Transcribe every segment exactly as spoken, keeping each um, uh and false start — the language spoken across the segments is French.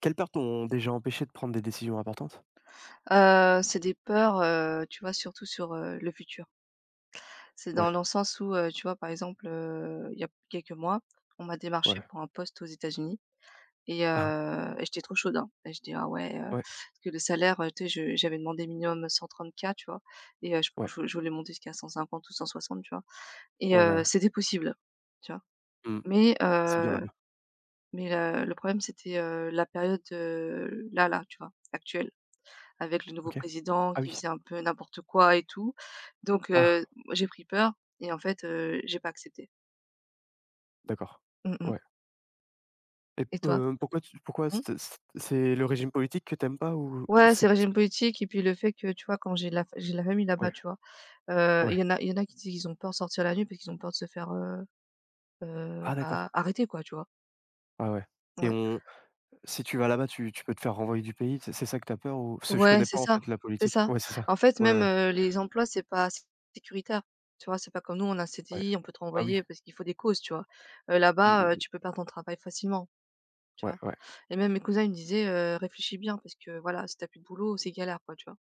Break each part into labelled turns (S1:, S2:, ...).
S1: Quelles pertes t'ont déjà empêché de prendre des décisions importantes?
S2: Heu, c'est des peurs, heu, tu vois, surtout sur, heu, le futur. C'est
S1: Ouais,
S2: dans le sens où, heu, tu vois, par exemple, heu, il y a quelques mois, on m'a démarché
S1: ouais.
S2: pour un poste aux États-Unis et
S1: Ah,
S2: heu et j'étais trop chaude, hein, et je dis: «Ah ouais, heu»
S1: ouais,
S2: parce que le salaire, heu, tu sais, je j'avais demandé minimum cent trente k, tu vois? Et heu, je
S1: ouais,
S2: je je voulais monter jusqu'à cent cinquante ou cent soixante, tu vois? Et
S1: ouais, ouais,
S2: heu,
S1: ouais.
S2: c'était possible, tu vois?
S1: Mmh.
S2: Mais
S1: C'est bien
S2: heu,
S1: là-bas.
S2: mais le le problème, c'était, heu, la période, heu, là, là, tu vois, actuelle, avec le nouveau
S1: OK.
S2: président
S1: Ah
S2: qui
S1: oui.
S2: faisait un peu n'importe quoi et tout. Donc heu,
S1: Ah,
S2: j'ai pris peur et en fait, heu, j'ai pas accepté.
S1: d'accord.
S2: Mmh mh.
S1: Ouais et
S2: Et toi?
S1: heu, pourquoi tu pourquoi
S2: Mmh?
S1: c'ét c'ét c'est le régime politique que t'aimes pas ou ou
S2: Ouais, c'est
S1: c'est
S2: le
S1: parce
S2: régime
S1: que
S2: politique et puis le fait que, tu vois, quand j'ai de la fa j'ai de la famille là-bas,
S1: ouais,
S2: tu vois? Heu, il
S1: ouais.
S2: y en a il y en a qui disent qu'ils ont peur de sortir la nuit parce qu'ils ont peur de se faire, heu heu,
S1: Ah d'accord.
S2: bah, arrêter quoi, tu vois?
S1: Ah ouais et
S2: Ouais.
S1: on si tu vas là-bas, tu tu peux te faire renvoyer du pays, c'est c'est ça que t'as peur ou parce que je
S2: Ouais,
S1: connais
S2: c'est
S1: pas en
S2: ça,
S1: fait la
S2: c'est
S1: politique.
S2: ça.
S1: Ouais, c'est ça.
S2: En fait,
S1: Ouais,
S2: même,
S1: ouais,
S2: heu, les emplois, c'est pas sé sécuritaire, tu vois? C'est pas comme nous, on a un
S1: ouais.
S2: C D I, on peut te
S1: Ah oui.
S2: renvoyer parce qu'il faut des causes, tu vois? Heu,
S1: Mmh, mmh
S2: là-bas, heu,
S1: mh.
S2: tu peux perdre ton travail facilement. Tu
S1: Ouais,
S2: vois?
S1: ouais.
S2: Et même mes cousins, ils me disaient, heu: «Réfléchis bien parce que voilà, si t'as plus de boulot, c'est galère quoi», tu vois?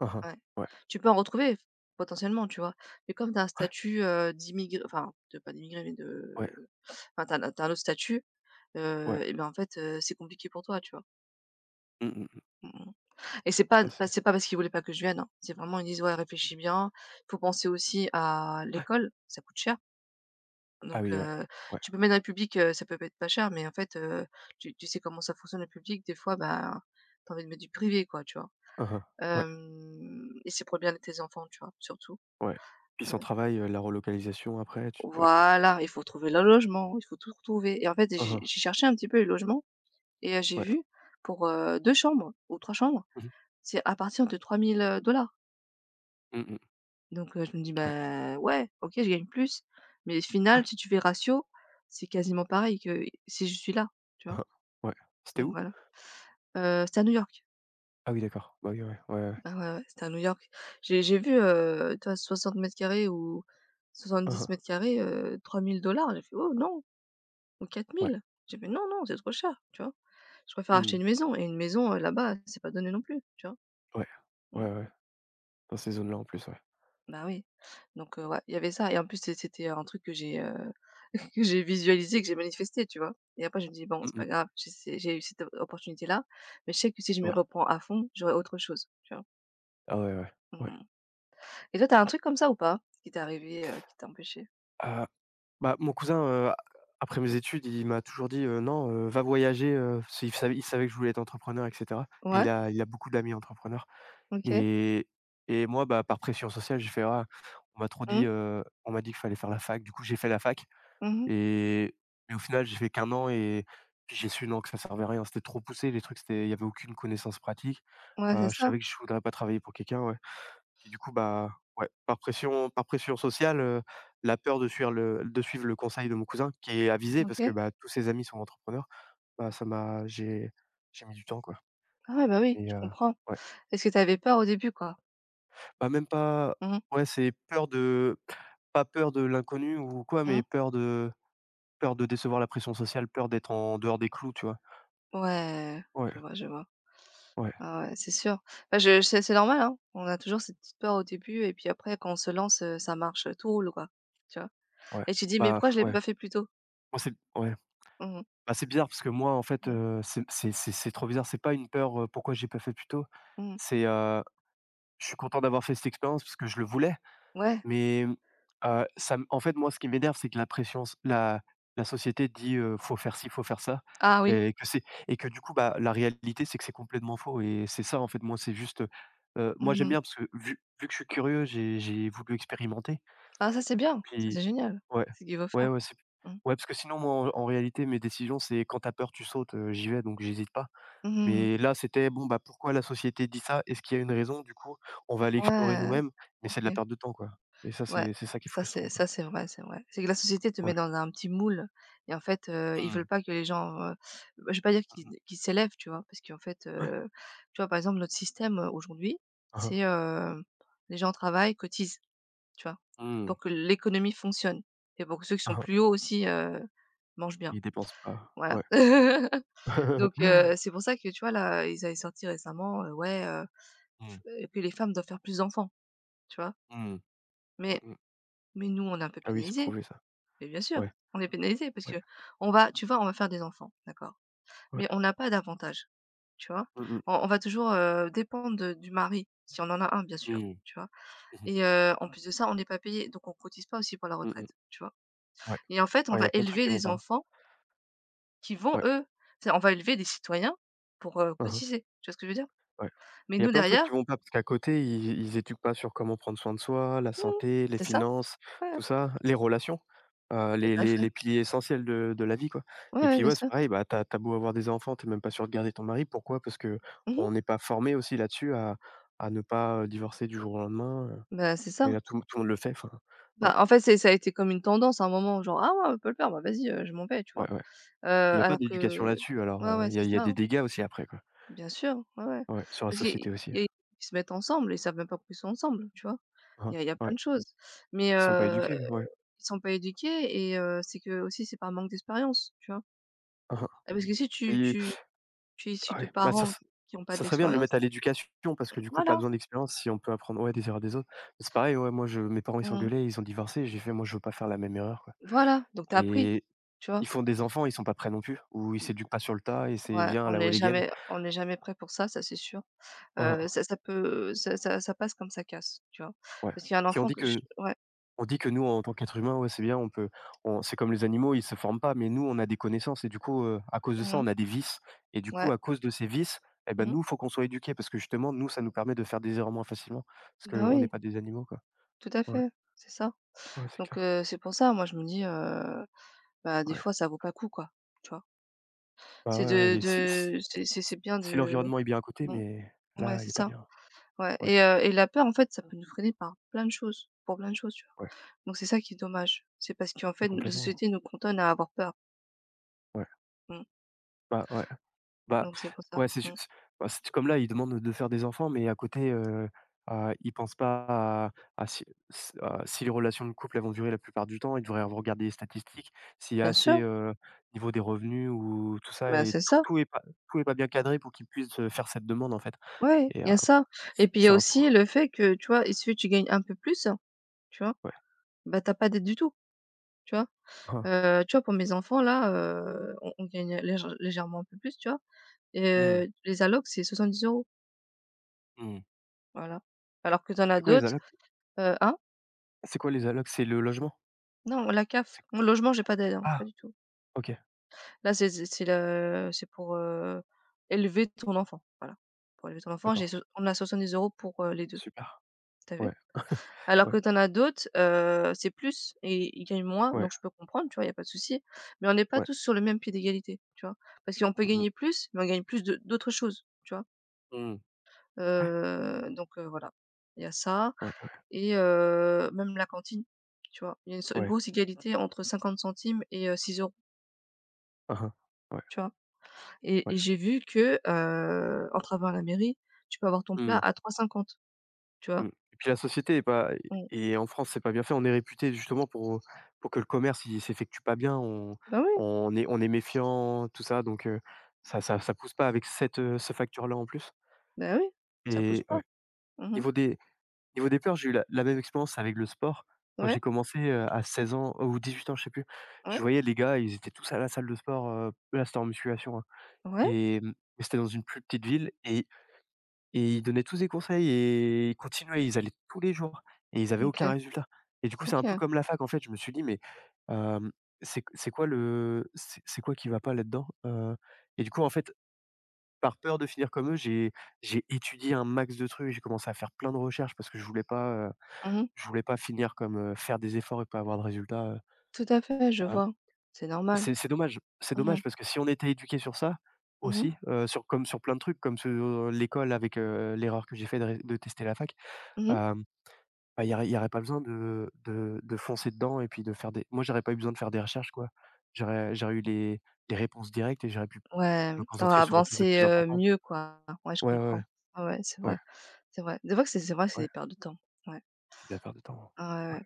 S1: Ah, hein.
S2: Ouais.
S1: Ouais,
S2: Tu peux en retrouver, potentiellement, tu vois? Mais comme t'as un statut, heu, d'immigré enfin, de pas d'immigré, mais
S1: ouais,
S2: de enfin, t'as as un tu un autre statut,
S1: ouais.
S2: heu et ben, en fait, heu, c'est compliqué pour toi, tu vois?
S1: Mmh, mmh mh.
S2: Mmh mh. Et c'est pas
S1: Ah
S2: pas
S1: c'est
S2: c'est pas parce qu'ils voulaient pas que je vienne, hein. C'est vraiment, ils disent: «Ouais, réfléchis bien, il faut penser aussi à l'école, ça coûte cher».
S1: ah
S2: Donc
S1: oui, ouais.
S2: heu,
S1: Ouais.
S2: tu peux mettre un public, heu, ça peut pas être pas cher, mais en fait, heu, tu tu sais comment ça fonctionne le public, des fois, bah, t'as envie de mettre du privé quoi, tu vois?
S1: Ah, hein. Ouais.
S2: Hem Et c'est pour le bien de tes enfants, tu vois? Surtout.
S1: Ouais. Puis
S2: Ouais.
S1: son travail, heu, la relocalisation après, tu ouais.
S2: Voilà, il faut trouver le logement, il faut tout trouver. Et en fait,
S1: Hein,
S2: j'ai
S1: hein,
S2: j'ai cherché un petit peu les logements et heu, j'ai
S1: ouais.
S2: vu pour, heu, deux chambres ou trois chambres,
S1: Mmh mh.
S2: c'est à partir de trois mille dollars.
S1: Mmh.
S2: Donc heu, je me dis:
S1: Ouais.
S2: «Bah, ouais, OK, je gagne plus, mais au final, si tu fais ratio, c'est quasiment pareil que si je suis là», tu
S1: Hein,
S2: vois?
S1: hein. Ouais. C'était
S2: Donc
S1: où?
S2: voilà. Heu, c'était à New York.
S1: Ah oui, d'accord. Bah oui, ouais, ouais, ouais.
S2: Ah ouais, ouais, c'était à New York. J'ai j'ai vu, heu, tu vois, soixante mètres carrés ou
S1: Hein,
S2: soixante-dix
S1: hein.
S2: mètres carrés, heu, dollars. J'ai fait: «Oh non!» ou
S1: Ouais.
S2: quatre mille. J'ai fait: «Non, non, c'est trop cher», tu vois? Je préfère acheter
S1: Mmh.
S2: une maison et une maison, heu, là-bas, c'est pas donné non plus, tu vois?
S1: Ouais.
S2: Mmh.
S1: Ouais, ouais. Dans ces zones-là en plus, ouais.
S2: Bah oui. Donc heu, ouais, il y avait ça et en plus, c'est c'était un truc que j'ai, heu, que j'ai visualisé, que j'ai manifesté, tu vois? Et après, je me dis: «Bon,
S1: Mmh
S2: c'est pas
S1: mh.
S2: grave, j'ai c'est j'ai eu cette opportunité-là, mais je sais que si je me
S1: Ouais.
S2: reprends à fond, j'aurai autre chose», tu vois?
S1: Ah ouais, ouais.
S2: Mmh
S1: Ouais.
S2: mh. Et toi, t'as un truc comme ça ou pas? Qui t'est arrivé, heu, qui t'a empêché?
S1: Ah, bah, mon cousin, heu, après mes études, il m'a toujours dit, heu: «Non, heu, va voyager», heu, parce qu'il savait il savait que je voulais être entrepreneur et cetera. Et
S2: Ouais,
S1: il a il a beaucoup d'amis entrepreneurs
S2: OK.
S1: et et moi, bah, par pression sociale, j'ai fait: «Ah, on m'a trop dit,
S2: Mmh.
S1: heu, on m'a dit qu'il fallait faire la fac». Du coup, j'ai fait la fac.
S2: Mmh.
S1: Et et au final, j'ai fait qu'un an et puis j'ai su non, que ça servait à rien. C'était trop poussé, les trucs, c'était il y avait aucune connaissance pratique.
S2: Ouais, c'est
S1: Heu, je
S2: ça.
S1: savais que je voudrais pas travailler pour quelqu'un, ouais. Et du coup, bah, ouais, par pression par pression sociale, heu, la peur de suivre le de suivre le conseil de mon cousin qui est avisé parce que,
S2: OK.
S1: bah, tous ses amis sont entrepreneurs. Bah, ça m'a j'ai j'ai mis du temps, quoi
S2: Ah ouais, bah, oui,
S1: et
S2: je
S1: heu,
S2: comprends.
S1: ouais.
S2: Est-ce que t'avais peur au début, quoi?
S1: Bah, même pas
S2: Mmh mh.
S1: ouais, c'est peur de pas peur de l'inconnu ou quoi,
S2: Mmh.
S1: mais peur de peur de décevoir la pression sociale, peur d'être en dehors des clous, tu vois?
S2: Ouais,
S1: Ouais.
S2: je vois, je vois.
S1: Ouais,
S2: Ah ouais, c'est sûr. Bah, je c'est c'est normal, hein. On a toujours cette petite peur au début et puis après quand on se lance, heu, ça marche, heu, tout roule, quoi, tu vois?
S1: ouais,
S2: Et tu dis: «Mais
S1: bah,
S2: pourquoi
S1: f
S2: je l'ai
S1: ouais.
S2: pas fait plus tôt?»
S1: Moi, c'est ouais.
S2: Mmh mh.
S1: Bah, c'est bizarre parce que moi, en fait,
S2: Mmh.
S1: heu, c'est c'est c'est c'est trop bizarre. C'est pas une peur, heu: «Pourquoi j'ai pas fait plus tôt?»
S2: Mmh.
S1: c'est, heu, je suis content d'avoir fait cette expérience parce que je le voulais,
S2: Ouais.
S1: mais, mmh, heu, ça m en fait, moi, ce qui m'énerve, c'est que la pression s la la société dit, heu: «Faut faire ci, faut faire ça»
S2: Ah oui.
S1: et que c'est et que du coup, bah, la réalité, c'est que c'est complètement faux et c'est ça, en fait, moi, c'est juste, heu moi, j'aime
S2: Mmh.
S1: bien parce que vu vu que je suis curieux, j'ai j'ai voulu expérimenter
S2: Ah ça, c'est bien, ça,
S1: Puis
S2: c'est génial.
S1: ouais,
S2: C'est ce qu'il faut
S1: ouais,
S2: faire.
S1: ouais, c'est
S2: Mmh.
S1: ouais, parce que sinon, moi, en en réalité, mes décisions, c'est quand t'as peur, tu sautes, heu, j'y vais, donc j'hésite pas.
S2: Mmh.
S1: Mais là, c'était: «Bon, bah, pourquoi la société dit ça? Est-ce qu'il y a une raison? Du coup, on va aller explorer
S2: Ouais.
S1: nous-mêmes», mais c'est de la
S2: OK.
S1: perte de temps, quoi et ça,
S2: Ouais,
S1: c'est c'est ça qui est
S2: ça c'est
S1: frustrant, quoi.
S2: ça c'est vrai, c'est vrai. C'est que la société te met
S1: Ouais.
S2: dans un petit moule et en fait, heu, ils
S1: Mmh.
S2: veulent pas que les gens, heu, bah, je vais pas dire
S1: Mmh.
S2: qu'ils qu'ils s'élèvent, tu vois? Parce qu'en fait, heu, tu vois, par exemple, notre système, heu, aujourd'hui,
S1: Mmh mh,
S2: c'est,
S1: mh.
S2: heu, les gens travaillent, cotisent, tu vois?
S1: Mmh.
S2: Pour que l'économie fonctionne et pour que ceux qui sont
S1: Mmh.
S2: plus hauts aussi, heu, mangent bien,
S1: Ils dépensent pas.
S2: voilà.
S1: Ouais.
S2: Donc heu, c'est pour ça que, tu vois, là, ils avaient sorti récemment, heu, ouais, heu, f
S1: Mmh.
S2: heu, que les femmes doivent faire plus d'enfants, tu vois?
S1: Mmh. Mmh
S2: Mais
S1: mh.
S2: mais nous, on est un peu
S1: Ah oui, c'est
S2: pénalisés.
S1: prouvé ça.
S2: Mais bien sûr,
S1: Ouais,
S2: on est pénalisé parce
S1: ouais,
S2: que on va tu vois, on va faire des enfants, d'accord,
S1: ouais.
S2: mais on n'a pas d'avantage, tu vois?
S1: Mmh mh.
S2: On on va toujours, heu, dépendre de du mari, si on en a un bien sûr,
S1: Mmh.
S2: tu vois?
S1: Mmh mh.
S2: Et heu, en plus de ça, on n'est pas payé donc on cotise pas aussi pour la
S1: Mmh.
S2: retraite, tu vois?
S1: Ouais.
S2: Et en fait, on
S1: Ouais, il y
S2: va
S1: a plein de trucs
S2: élever
S1: qui vont
S2: des
S1: pas, hein.
S2: enfants qui vont
S1: Ouais.
S2: eux c'est on va élever des citoyens pour, heu, cotiser, tu vois ce que je veux dire?
S1: Ouais.
S2: Mais
S1: Il y a
S2: nous
S1: plein de trucs
S2: derrière.
S1: qui vont pas parce qu'à côté, ils ils éduquent pas sur comment prendre soin de soi, la
S2: Mmh.
S1: santé, les
S2: C'est ça,
S1: finances,
S2: ouais, ouais,
S1: tout ça, les relations, heu,
S2: tout
S1: les
S2: à
S1: les
S2: fait.
S1: les piliers essentiels de de la vie, quoi
S2: Ouais,
S1: et
S2: ouais,
S1: puis,
S2: bien
S1: ouais, c'est
S2: sûr.
S1: pareil, bah, t'as t'as beau avoir des enfants, t'es même pas sûr de garder ton mari. Pourquoi? Parce que
S2: Mmh.
S1: on n'est pas formé aussi là-dessus à à ne pas, heu, divorcer du jour au lendemain, heu
S2: Bah, c'est
S1: et
S2: ça.
S1: là, tout tout le monde le fait, enfin, ouais,
S2: Bah, en fait, c'est ça a été comme une tendance à un moment, genre: «Ah ouais, on peut le faire, bah vas-y, heu, je m'en vais», tu vois?
S1: ouais, ouais.
S2: Heu,
S1: Il y a pas
S2: alors
S1: d'éducation
S2: que.
S1: là-dessus alors,
S2: Ouais,
S1: heu,
S2: ouais,
S1: il y a
S2: c'est
S1: il y a
S2: ça,
S1: des dégâts aussi après, quoi.
S2: bien sûr, ouais, ouais.
S1: Ouais, sur la
S2: Parce qu'il
S1: société aussi.
S2: il y a Ils se mettent ensemble, ils savent même pas pourquoi ils sont ensemble, tu vois? Il
S1: Hein,
S2: y a il y a
S1: ouais.
S2: plein
S1: Ouais.
S2: de choses. Mais
S1: Ils sont pas
S2: heu,
S1: éduqués, ouais.
S2: Ils sont pas éduqués et heu, c'est que aussi c'est par manque d'expérience, tu vois?
S1: Hein, hein.
S2: Ah parce que si tu
S1: Ils
S2: tu tu es issu
S1: Ah
S2: de
S1: ouais, bah, ça
S2: parents
S1: s
S2: qui ont pas
S1: ça serait bien de le mettre
S2: d'expérience,
S1: à l'éducation parce que du coup, pas
S2: voilà.
S1: besoin d'expérience si on peut apprendre, ouais, des erreurs des autres. Mais C'est pareil, ouais, moi je mes parents ils
S2: Mmh.
S1: s'engueulaient, ils ont divorcé, j'ai fait: «Moi je veux pas faire la même erreur, quoi»
S2: Voilà, donc tu as appris,
S1: et
S2: tu vois?
S1: ils font des enfants, ils sont pas prêts non plus ou ils
S2: Mmh,
S1: s'éduquent pas sur le tas et c'est:
S2: ouais,
S1: «Viens à
S2: on
S1: la
S2: n'est
S1: Walligen».
S2: jamais on n'est jamais prêt pour ça, ça c'est sûr.
S1: Hein,
S2: Heu,
S1: hein,
S2: ça ça peut ça ça ça passe comme ça casse, tu vois?
S1: ouais.
S2: Parce qu'il y a un
S1: Si on
S2: enfant
S1: dit
S2: que je.
S1: que
S2: Ouais.
S1: on dit que nous en tant qu'être humain, ouais, c'est bien, on peut on c'est comme les animaux, ils se forment pas, mais nous on a des connaissances et du coup, heu, à cause de ça,
S2: Mmh mh.
S1: on a des vices et du
S2: Ouais.
S1: coup, à cause de ces vices et ben
S2: Mmh.
S1: nous, faut qu'on soit éduqués parce que justement, nous, ça nous permet de faire des erreurs moins facilement parce
S2: Bah,
S1: qu'on n'est
S2: oui,
S1: pas des animaux, quoi.
S2: tout à
S1: Ouais,
S2: fait, c'est ça.
S1: ouais, c'est
S2: Donc
S1: clair.
S2: heu, c'est pour ça, moi, je me dis, heu, bah, des
S1: Ouais.
S2: fois, ça vaut pas le coup, quoi, tu vois?
S1: Bah,
S2: C'est
S1: ouais, ouais
S2: de
S1: et si si
S2: de c'est c'est c'est bien
S1: si
S2: de.
S1: l'environnement est bien à côté,
S2: Mmh,
S1: mais
S2: ouais,
S1: là,
S2: c'est
S1: il est pas
S2: ça,
S1: bien.
S2: ouais,
S1: Ouais,
S2: et heu et la peur, en fait, ça peut nous freiner par plein de choses, pour plein de choses, tu vois?
S1: ouais,
S2: Donc c'est ça qui est dommage. C'est parce qu'en
S1: ouais,
S2: fait, la
S1: complètement.
S2: société nous cantonne à avoir peur.
S1: Ouais,
S2: Mmh,
S1: bah, ouais, bah,
S2: donc c'est pour ça.
S1: ouais, c'est
S2: Mmh.
S1: juste bah, c'est comme là, ils demandent de faire des enfants, mais à côté, heu heu, ils pensent pas à à si s à si les relations de couple, elles vont durer la plupart du temps, ils devraient regarder les statistiques, s'il y a
S2: Bien
S1: assez,
S2: sûr,
S1: heu, niveau des revenus ou tout ça
S2: bah,
S1: et
S2: c'est
S1: tout
S2: ça,
S1: tout est pas tout est pas bien cadré pour qu'ils puissent, heu, faire cette demande, en fait
S2: ouais,
S1: et
S2: il
S1: heu,
S2: y a ça et
S1: c'est
S2: puis il y a
S1: c'est un tout,
S2: aussi le fait que, tu vois, il suffit que tu gagnes un peu plus, tu vois?
S1: ouais.
S2: Bah, t'as pas d'aide du tout, tu vois? Heu, tu vois, pour mes enfants là, heu, on on gagne légè légèrement un peu plus, tu vois? Et
S1: Mmh,
S2: heu, les allocs, c'est soixante-dix euros,
S1: mmh.
S2: voilà. Alors que t'en as
S1: C'est quoi les
S2: d'autres,
S1: alertes?
S2: heu hein?
S1: C'est quoi les allocs? C'est le logement?
S2: Non, la C A F,
S1: C'est
S2: mon logement, j'ai pas d'aide, hein,
S1: ah!
S2: pas du tout.
S1: OK,
S2: Là, c'est c'est c'est le c'est pour, heu, élever ton enfant, voilà. Pour élever ton enfant, j'ai
S1: d'accord.
S2: so on a soixante-dix euros pour, heu, les deux,
S1: Super.
S2: t'as vu?
S1: Ouais,
S2: Alors
S1: ouais,
S2: que t'en as d'autres, heu, c'est plus et ils gagnent moins,
S1: ouais,
S2: donc je peux comprendre, tu vois, y a pas de souci. Mais on n'est pas
S1: ouais.
S2: tous sur le même pied d'égalité, tu vois? Parce qu'on peut
S1: Mmh.
S2: gagner plus, mais on gagne plus de d'autres choses, tu vois?
S1: Mmh mh. Ouais,
S2: Heu, donc heu, voilà, il y a ça
S1: ouais,
S2: et heu, même la cantine, tu vois? Il y a une so une
S1: ouais.
S2: grosse égalité entre cinquante centimes et heu, six euros €,
S1: Mmh. Ouais,
S2: tu vois? Et
S1: ouais.
S2: et j'ai vu que, heu, en travaillant la mairie, tu peux avoir ton plat
S1: Mmh.
S2: à trois cinquante, tu vois?
S1: Mmh et puis la société est pas
S2: Mmh.
S1: et en France, c'est pas bien fait. On est réputé justement pour, pour que le commerce, il s'effectue pas bien. On
S2: Bah oui,
S1: on est on est méfiant, tout ça donc heu, ça ça ça pousse pas avec cette, heu, ces factures-là en plus
S2: ben oui, ça pousse
S1: et
S2: pas.
S1: ouais.
S2: Mmh.
S1: Niveau des Niveau des peurs, j'ai eu la la même expérience avec le sport. Quand
S2: Ouais,
S1: j'ai commencé, heu, à seize ans euh, ou dix-huit ans, je sais plus,
S2: ouais,
S1: je voyais les gars, ils étaient tous à la salle de sport, heu, là, c'était en musculation, hein
S2: ouais,
S1: et mmh, c'était dans une plus petite ville et et ils donnaient tous des conseils et ils continuaient, ils allaient tous les jours et ils avaient aucun
S2: OK,
S1: résultat et du coup, c'est un peu
S2: OK.
S1: comme la fac, en fait. Je me suis dit: «Mais, hem, c'est c'est quoi le c'est c'est quoi qui va pas là-dedans?» heu et du coup, en fait, par peur de finir comme eux, j'ai j'ai étudié un max de trucs, j'ai commencé à faire plein de recherches parce que je voulais pas,
S2: Mmh.
S1: je voulais pas finir comme, heu, faire des efforts et pas avoir de résultats, heu,
S2: Tout à fait, je
S1: ah,
S2: vois. C'est normal.
S1: c'est c'est dommage, c'est
S2: Mmh mh.
S1: dommage parce que si on était éduqué sur ça
S2: Mmh.
S1: aussi, heu, sur comme sur plein de trucs, comme sur euh, l'école avec, heu, l'erreur que j'ai fait de ré de tester la fac,
S2: Mmh.
S1: hem, bah, il y aurait il y aurait pas besoin de de de foncer dedans et puis de faire des moi j'aurais pas eu besoin de faire des recherches quoi. J'aurais j'aurais eu les les réponses directes et j'aurais pu
S2: Ouais,
S1: me
S2: tu
S1: concentrer sur autre chose de
S2: avancé,
S1: plus
S2: heu,
S1: important.
S2: mieux quoi. Ouais, je
S1: Ouais, ouais,
S2: comprends.
S1: ouais,
S2: Ouais, ouais, c'est
S1: ouais,
S2: vrai. C'est vrai. Des fois que c'est c'est vrai, que c'est
S1: ouais,
S2: des pertes de temps. Ouais.
S1: c'est de la perte de temps,
S2: Ah ouais,
S1: ouais.
S2: ouais.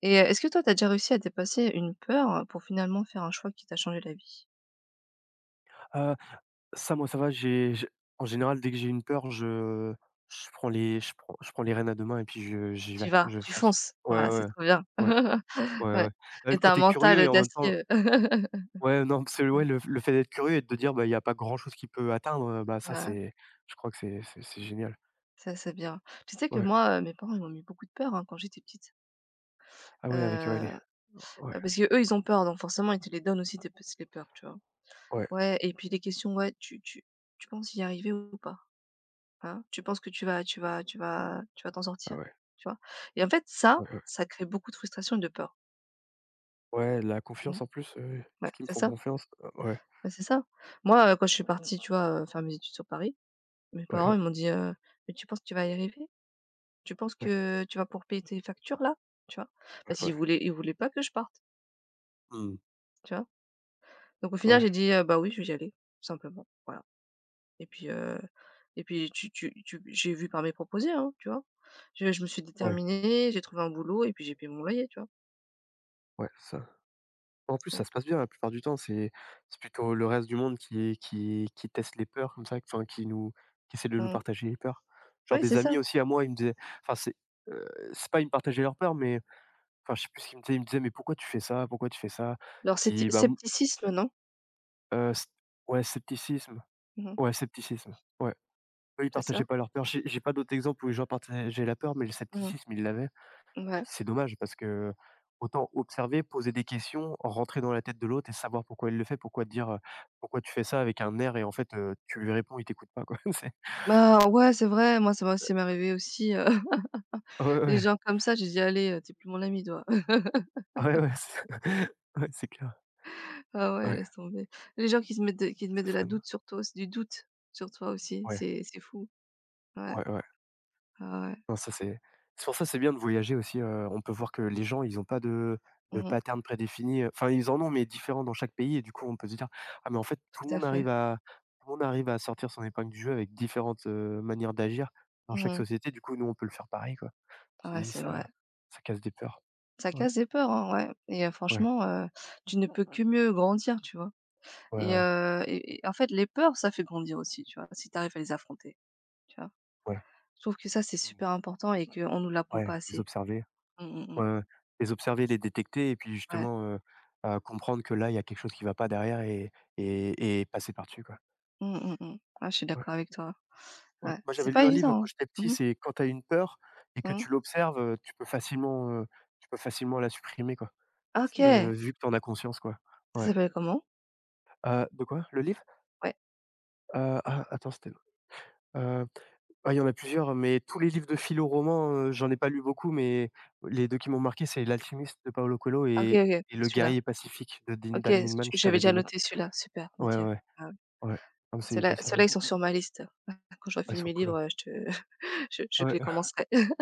S2: Et heu, est-ce que toi, t'as déjà réussi à dépasser une peur euh, pour finalement faire un choix qui t'a changé la vie?
S1: Ça, moi, ça va, j'ai j'ai en général, dès que j'ai une peur, je je prends les je prends je prends les rênes à deux mains et puis je j'y
S2: Tu
S1: vais,
S2: vas,
S1: je
S2: tu
S1: fonce.
S2: fonces.
S1: Ouais,
S2: Voilà, c'est
S1: ouais,
S2: trop bien.
S1: ouais, ouais,
S2: Ouais.
S1: ouais. Bah, le
S2: Et tu un
S1: côté
S2: mental
S1: curieux et en même temps
S2: audacieux.
S1: ouais, non, c'est que
S2: Mmh.
S1: ouais, le le fait d'être curieux et de te dire: «Bah, il y a pas grand chose qui peut atteindre», heu, bah, ça,
S2: Ah,
S1: c'est je crois que c'est c'est c'est génial.
S2: ça, c'est bien. Tu sais que
S1: Ouais.
S2: moi, heu, mes parents, ils m'ont mis beaucoup de peur, hein, quand j'étais petite.
S1: Ah ouais, avec, ouais, les
S2: Heu,
S1: ouais,
S2: heu, Parce qu'eux, ils ont peur, donc forcément, ils te les donnent aussi tes p les peurs, tu vois?
S1: ouais,
S2: Ouais, et puis les questions, ouais: «Tu tu tu penses y arriver ou pas?» Hein? Tu penses que tu vas tu vas tu vas tu vas t'en
S1: ah
S2: sortir,
S1: ouais,
S2: tu vois? Et en fait, ça,
S1: ouais, ouais.
S2: ça crée beaucoup de frustration et de peur.
S1: Ouais, la
S2: Mmh.
S1: confiance en plus, heu, ce
S2: Ouais,
S1: qu'ils me
S2: c'est
S1: font
S2: ça,
S1: confiance? Heu, ouais,
S2: bah, c'est ça. Moi, heu, quand je suis partie, tu vois, heu, faire mes études sur Paris, mes
S1: ouais,
S2: parents
S1: ouais,
S2: ils m'ont dit, heu: «Mais tu penses que tu vas y arriver? Tu penses
S1: ouais,
S2: que tu vas pour payer tes factures là?» Tu vois? Parce
S1: ouais,
S2: qu'ils
S1: ouais.
S2: voulaient ils voulaient pas que je parte,
S1: Mmh.
S2: tu vois? Donc au final j'ai
S1: Ouais,
S2: dit, heu: «Bah oui, je vais y aller», tout simplement, voilà. Et puis, heu et puis tu tu tu j'ai vu par mes proposés, hein, tu vois? Je je me suis
S1: ouais,
S2: déterminée, j'ai trouvé un boulot et puis j'ai payé mon loyer, tu vois?
S1: ouais, ça En plus, ça se passe bien la plupart du temps, c'est c'est plutôt le reste du monde qui qui qui teste les peurs comme ça, enfin qui nous qui essaie de nous
S2: Mmh.
S1: partager les peurs. Genre
S2: Oui, c'est
S1: des
S2: ça,
S1: amis aussi à moi, ils me disaient enfin c'est, heu, c'est pas ils me partageaient leurs peurs, mais enfin je sais plus ce qu'ils me disaient, ils me disaient: «Mais pourquoi tu fais ça? Pourquoi tu fais ça?»
S2: leur scepti
S1: puis bah, m
S2: scepticisme, non?
S1: heu, sc ouais scepticisme,
S2: Mmh.
S1: ouais scepticisme, ouais. Eux, ils
S2: C'est ça?
S1: partageaient pas leur peur. J'ai j'ai pas d'autres exemples où les gens partageaient la peur, mais le
S2: Mmh.
S1: scepticisme, ils l'avaient.
S2: Ouais.
S1: C'est dommage parce que autant observer, poser des questions, rentrer dans la tête de l'autre et savoir pourquoi il le fait, pourquoi te dire, heu: «Pourquoi tu fais ça?» avec un air et en fait, heu, tu lui réponds, il t'écoute pas quoi. C'est
S2: Bah, ouais, c'est vrai, moi ça m'a ça m'est arrivé aussi, heu,
S1: ouais,
S2: des
S1: ouais,
S2: gens comme ça, j'ai dit: «Allez, heu, tu plus mon ami toi».
S1: ouais, ouais, ouais, c'est ouais, c'est clair.
S2: Ah ouais,
S1: Ouais,
S2: laisse tomber. Les gens qui se mettent de Qui te
S1: ça
S2: mettent de la
S1: freine.
S2: doute sur toi du doute sur toi aussi,
S1: Ouais,
S2: c'est c'est fou. Ouais,
S1: ouais, ouais.
S2: ah ouais.
S1: Non, ça c'est c'est pour ça, que c'est bien de voyager aussi, heu, on peut voir que les gens, ils ont pas de de
S2: Mmh.
S1: pattern prédéfini, heu, enfin, ils en ont, mais différents dans chaque pays et du coup, on peut se dire: «Ah mais en fait, tout le
S2: Tout à
S1: monde
S2: fait.
S1: arrive à tout le monde arrive à sortir son épingle du jeu avec différentes, heu, manières d'agir dans chaque
S2: Mmh.
S1: société». Du coup, nous, on peut le faire pareil, quoi.
S2: Ouais,
S1: Puis
S2: c'est vrai.
S1: ça ça casse des peurs.
S2: Ça
S1: Ouais,
S2: casse des peurs, hein, ouais, et heu,
S1: ouais,
S2: franchement, heu, tu ne peux que mieux grandir, tu vois?
S1: ouais,
S2: Et
S1: ouais,
S2: heu et et en fait, les peurs, ça fait grandir aussi, tu vois? Si t'arrives à les affronter, tu vois?
S1: ouais.
S2: Je trouve que ça, c'est
S1: Mmh.
S2: super important et qu'on nous l'apprend
S1: Ouais,
S2: pas
S1: les
S2: assez.
S1: observer.
S2: Mmh, mmh mh.
S1: Ouais, ouais. Les observer, les détecter et puis
S2: Ouais.
S1: justement, heu, heu, comprendre que là, il y a quelque chose qui va pas derrière et et et passer par-dessus, quoi.
S2: Mmh, mmh mh. Ah, je suis
S1: Ouais.
S2: d'accord avec toi.
S1: Ouais.
S2: Ouais,
S1: Moi,
S2: c'est
S1: j'avais
S2: pas
S1: lu un livre
S2: évident,
S1: quand
S2: hein.
S1: j'étais petit,
S2: Mmh.
S1: c'est quand tu as une peur et que
S2: Mmh.
S1: tu l'observes, heu, tu peux facilement, heu, tu peux facilement la supprimer, quoi.
S2: Ah,
S1: C'est, heu,
S2: OK!
S1: vu que tu en as conscience, quoi.
S2: Ça
S1: Ouais.
S2: s'appelle comment?
S1: Heu, de quoi? Le livre?
S2: Ouais.
S1: Heu, ah, attends, c'était heu, ah, il y en a plusieurs, mais tous les livres de philo roman, heu, j'en ai pas lu beaucoup, mais les deux qui m'ont marqué, c'est «L'Alchimiste» de Paolo Coelho
S2: Ah, OK,
S1: et
S2: OK,
S1: et «Le
S2: celui-là.
S1: guerrier pacifique» de Din
S2: OK,
S1: Dan
S2: tu
S1: Millman, je
S2: j'avais
S1: t'avais
S2: déjà
S1: donné.
S2: noté celui-là. Super,
S1: Ouais,
S2: nickel.
S1: ouais,
S2: Ah ouais.
S1: ouais. Non, c'est les deux
S2: Ceux-là
S1: seuls,
S2: ceux-là,
S1: ouais.
S2: ils sont sur ma liste. Quand j'aurai
S1: Ouais, ils
S2: fini
S1: sont
S2: mes
S1: cool,
S2: livres,
S1: hein.
S2: euh, je te je je
S1: Ouais,
S2: les commencerai.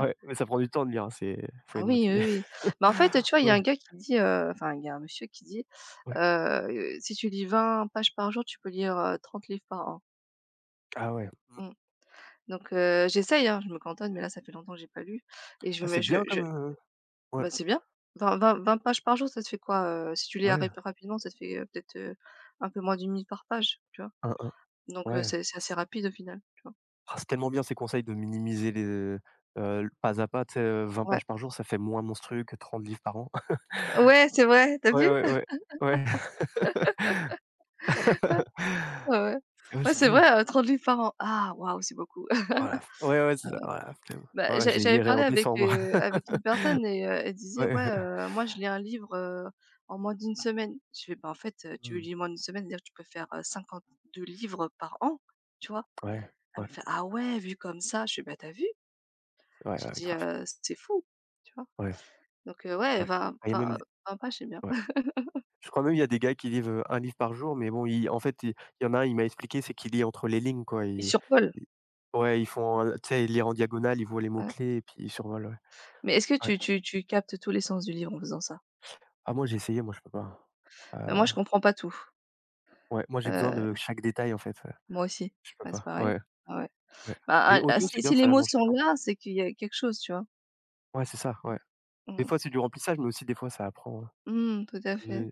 S1: ouais, mais ça prend du temps de lire, hein, c'est faut
S2: Ah
S1: être
S2: oui, oui,
S1: motivé.
S2: oui. Bah, en fait, tu vois, il y a
S1: Ouais,
S2: un gars qui dit, heu enfin, il y a un monsieur qui dit,
S1: ouais.
S2: heu: «Si tu lis vingt pages par jour, tu peux lire, heu, trente livres par an».
S1: Ah ouais.
S2: Mmh. Donc heu, j'essaye, hein, je me cantonne, mais là, ça fait longtemps que j'ai pas lu et je
S1: Ah,
S2: me
S1: c'est
S2: je
S1: bien
S2: je
S1: comme, heu ouais,
S2: bah, c'est bien. Vingt 20 20 pages par jour, ça te fait quoi, heu, si tu lis
S1: ouais,
S2: rap rapidement, ça te fait, heu, peut-être, heu, un peu moins d'une minute par page, tu vois?
S1: hein, hein,
S2: Donc heu,
S1: ouais.
S2: c'est c'est assez rapide au final, tu vois?
S1: Ah, c'est tellement bien ces conseils de minimiser les, heu, euh, le pas à pas, tu sais, heu, vingt
S2: Ouais.
S1: pages par jour, ça fait moins monstrueux que trente livres par an.
S2: Ouais, c'est vrai, t'as
S1: Ouais,
S2: vu?
S1: ouais, ouais, ouais.
S2: Ouais,
S1: C'est
S2: ouais.
S1: ouais,
S2: Ouais,
S1: c'est
S2: c'est
S1: bien.
S2: vrai, heu, trente livres par an. Ah waouh, c'est beaucoup.
S1: Oh la f ouais, ouais, c'est ça. Oh la flemme.
S2: Bah,
S1: Ouais,
S2: j'a
S1: je les
S2: j'avais
S1: lirai
S2: parlé
S1: en
S2: avec,
S1: décembre.
S2: heu, avec une personne et heu, elle disait:
S1: Ouais.
S2: «Ouais, heu, moi je lis un livre, heu, en moins d'une semaine». Je fais: «Bah, en fait, heu, tu
S1: Mmh.
S2: lis moins d'une semaine, c'est-à-dire que tu peux faire cinquante deux livres par an, tu vois?»
S1: Ouais,
S2: Elle
S1: ouais,
S2: me fait: «Ah ouais, vu comme ça». Je fais: «Bah, t'as vu?»
S1: ouais,
S2: J'ai
S1: ouais,
S2: dit:
S1: grave.
S2: «Heu, c'est fou», tu vois?
S1: Ouais,
S2: Donc heu, ouais,
S1: ouais.
S2: 20
S1: Ah, il y a même
S2: enfin, vingt pages, c'est bien.
S1: ouais. Je crois même il y a des gars qui lisent heu, un livre par jour, mais bon, ils en fait, il il y en a un, il m'a expliqué, c'est qu'il lit entre les lignes, quoi.
S2: Il
S1: Ils
S2: survole,
S1: ils ouais, ils font, heu, tu sais, ils lire en diagonale, ils voient les
S2: ouais.
S1: mots-clés et puis ils survolent, ouais.
S2: Mais est-ce que
S1: Ouais.
S2: tu tu tu captes tous les sens du livre en faisant ça?
S1: Ah moi, j'ai essayé, moi, je peux pas, hein.
S2: Bah, moi je
S1: Heu,
S2: comprends pas tout.
S1: ouais, moi, j'ai besoin de
S2: Heu,
S1: chaque détail, en fait, ouais.
S2: moi aussi.
S1: Je peux
S2: Ouais, c'est
S1: pas,
S2: pareil.
S1: ouais,
S2: Ah ouais.
S1: ouais.
S2: Bah,
S1: Mais
S2: ah ah,
S1: audio, c'est
S2: si
S1: bien,
S2: si les
S1: ça
S2: mots
S1: mange du
S2: sont
S1: temps.
S2: là, c'est qu'il y a quelque chose, tu vois?
S1: Ouais, c'est ça, ouais. Des
S2: Mmh.
S1: fois, c'est du remplissage, mais aussi, des fois, ça apprend, heu,
S2: Mmh, tout à fait.